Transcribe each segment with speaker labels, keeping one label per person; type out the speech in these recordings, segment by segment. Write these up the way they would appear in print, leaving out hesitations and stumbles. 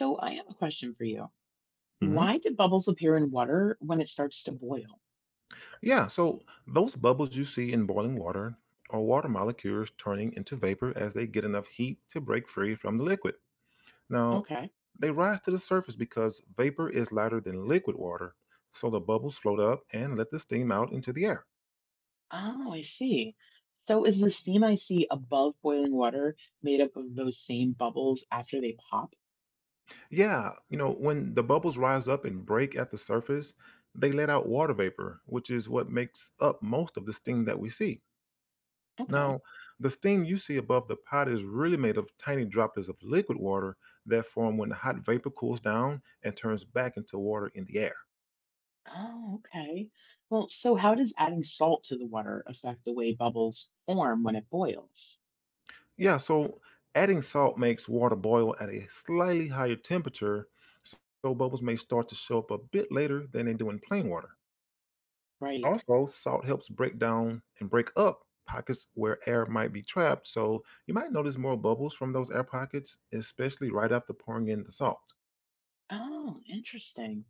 Speaker 1: So I have a question for you.
Speaker 2: hmm
Speaker 1: Why do bubbles appear in water when it starts to boil?
Speaker 2: Yeah, so those bubbles you see in boiling water are water molecules turning into vapor as they get enough heat to break free from the liquid. Now,
Speaker 1: Okay.
Speaker 2: they rise to the surface because vapor is lighter than liquid water, so the bubbles float up and let the steam out into the air.
Speaker 1: Oh, I see. So is the steam I see above boiling water made up of those same bubbles after they pop?
Speaker 2: Yeah, you know, when the bubbles rise up and break at the surface, they let out water vapor, which is what makes up most of the steam that we see.
Speaker 1: Okay.
Speaker 2: Now, the steam you see above the pot is really made of tiny droplets of liquid water that form when the hot vapor cools down and turns back into water in the air.
Speaker 1: Oh, okay. Well, so how does adding salt to the water affect the way bubbles form when it boils?
Speaker 2: Yeah, so adding salt makes water boil at a slightly higher temperature, s- so bubbles may start to show up a bit later than they do in plain water.
Speaker 1: Right.
Speaker 2: Also, salt helps break down and break up pockets where air might be trapped, so you might notice more bubbles from those air pockets, especially right after pouring in the salt.
Speaker 1: Oh, interesting.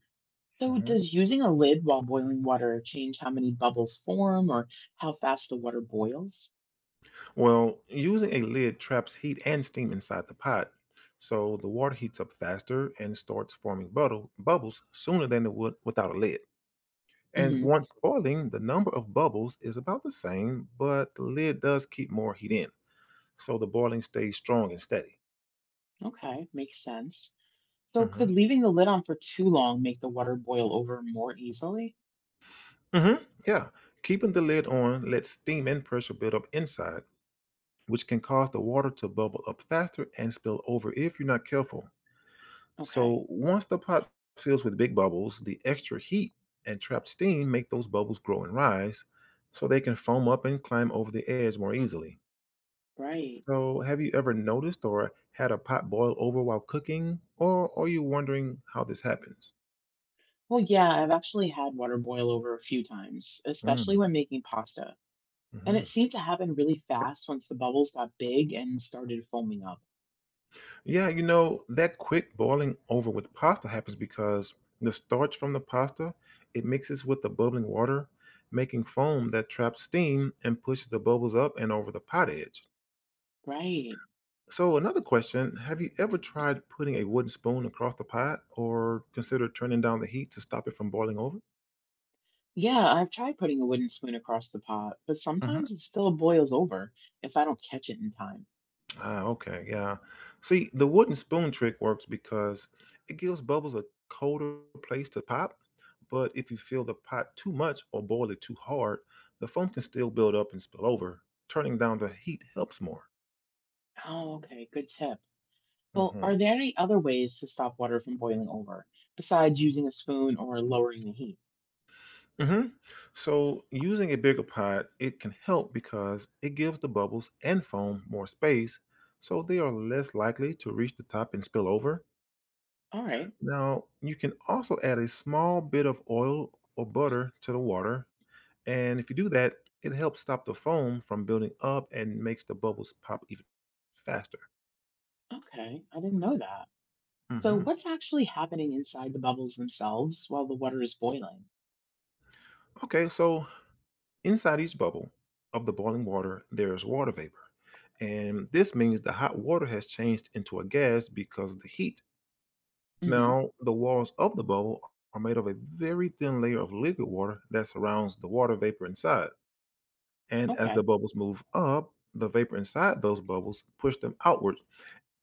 Speaker 1: So
Speaker 2: Mhm.
Speaker 1: does using a lid while boiling water change how many bubbles form or how fast the water boils?
Speaker 2: Well, using a lid traps heat and steam inside the pot, so the water heats up faster and starts forming bubbles sooner than it would without a lid. And
Speaker 1: hmm
Speaker 2: once boiling, the number of bubbles is about the same, but the lid does keep more heat in, so the boiling stays strong and steady.
Speaker 1: Okay, makes sense. So
Speaker 2: hmm
Speaker 1: could leaving the lid on for too long make the water boil over more easily?
Speaker 2: hmm Yeah, keeping the lid on lets steam and pressure build up inside, which can cause the water to bubble up faster and spill over if you're not careful.
Speaker 1: Okay,
Speaker 2: So once the pot fills with big bubbles, the extra heat and trapped steam make those bubbles grow and rise so they can foam up and climb over the edge more easily.
Speaker 1: right.
Speaker 2: So have you ever noticed or had a pot boil over while cooking or are you wondering how this happens?
Speaker 1: Well, yeah, I've actually had water boil over a few times, especially
Speaker 2: Mm,
Speaker 1: when making pasta. And it
Speaker 2: mhm.
Speaker 1: seemed to happen really fast once the bubbles got big and started foaming up.
Speaker 2: Yeah, you know, that quick boiling over with pasta happens because the starch from the pasta, it mixes with the bubbling water, making foam that traps steam and pushes the bubbles up and over the pot edge.
Speaker 1: Right.
Speaker 2: So another question, have you ever tried putting a wooden spoon across the pot or considered turning down the heat to stop it from boiling over?
Speaker 1: Yeah, I've tried putting a wooden spoon across the pot, but
Speaker 2: hmm
Speaker 1: sometimes it still boils over if I don't catch it in time.
Speaker 2: Ah, okay, yeah. See, the wooden spoon trick works because it gives bubbles a colder place to pop, but if you fill the pot too much or boil it too hard, the foam can still build up and spill over. Turning down the heat helps more.
Speaker 1: Oh, okay, good tip. Well,
Speaker 2: Mhm.
Speaker 1: are there any other ways to stop water from boiling over besides using a spoon or lowering the heat?
Speaker 2: hmm So, using a bigger pot, it can help because it gives the bubbles and foam more space, so they are less likely to reach the top and spill over.
Speaker 1: All right.
Speaker 2: Now, you can also add a small bit of oil or butter to the water, and if you do that, it helps stop the foam from building up and makes the bubbles pop even faster.
Speaker 1: Okay, I didn't know that. So
Speaker 2: hmm
Speaker 1: what's actually happening inside the bubbles themselves while the water is boiling?
Speaker 2: Okay, so inside each bubble of the boiling water, there is water vapor. And this means the hot water has changed into a gas because of the heat.
Speaker 1: hmm
Speaker 2: Now, the walls of the bubble are made of a very thin layer of liquid water that surrounds the water vapor inside. And as the
Speaker 1: Okay.
Speaker 2: bubbles move up, the vapor inside those bubbles push them outwards.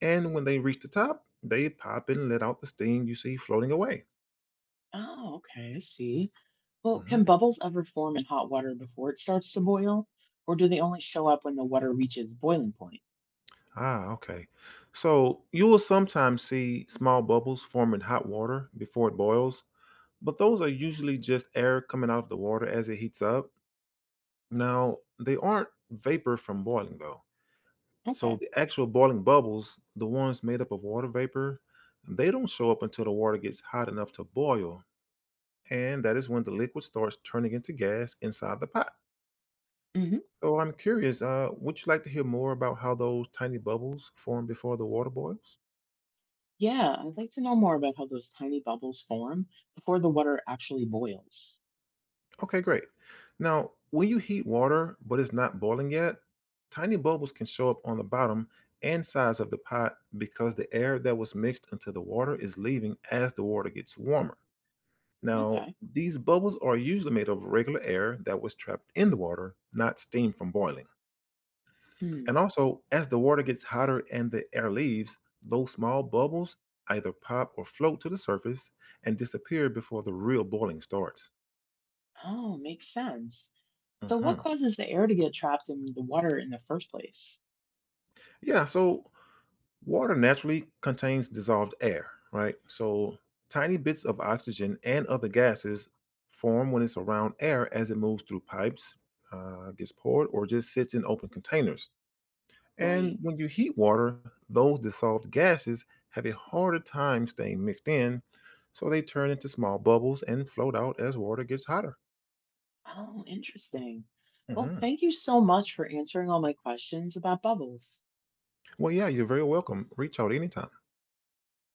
Speaker 2: And when they reach the top, they pop and let out the steam you see floating away.
Speaker 1: Oh, okay, I see. Well, can
Speaker 2: Mhm.
Speaker 1: bubbles ever form in hot water before it starts to boil, or do they only show up when the water reaches boiling point?
Speaker 2: Ah, okay. So you will sometimes see small bubbles form in hot water before it boils, but those are usually just air coming out of the water as it heats up. Now, they aren't vapor from boiling, though. So
Speaker 1: Okay.
Speaker 2: the actual boiling bubbles, the ones made up of water vapor, they don't show up until the water gets hot enough to boil. And that is when the liquid starts turning into gas inside the pot.
Speaker 1: Hmm.
Speaker 2: So I'm curious, would you like to hear more about how those tiny bubbles form before the water boils?
Speaker 1: Yeah, I'd like to know more about how those tiny bubbles form before the water actually boils.
Speaker 2: Okay, great. Now, when you heat water but it's not boiling yet, tiny bubbles can show up on the bottom and sides of the pot because the air that was mixed into the water is leaving as the water gets warmer. Now,
Speaker 1: Okay.
Speaker 2: these bubbles are usually made of regular air that was trapped in the water, not steam from boiling.
Speaker 1: Hmm.
Speaker 2: And also, as the water gets hotter and the air leaves, those small bubbles either pop or float to the surface and disappear before the real boiling starts.
Speaker 1: Oh, makes sense. So
Speaker 2: hmm
Speaker 1: what causes the air to get trapped in the water in the first place?
Speaker 2: yeah, so water naturally contains dissolved air, right? So tiny bits of oxygen and other gases form when it's around air as it moves through pipes, gets poured, or just sits in open containers. And
Speaker 1: Right.
Speaker 2: when you heat water, those dissolved gases have a harder time staying mixed in, so they turn into small bubbles and float out as water gets hotter.
Speaker 1: Oh, interesting. Well,
Speaker 2: Mhm.
Speaker 1: thank you so much for answering all my questions about bubbles.
Speaker 2: Well, yeah, you're very welcome. Reach out anytime.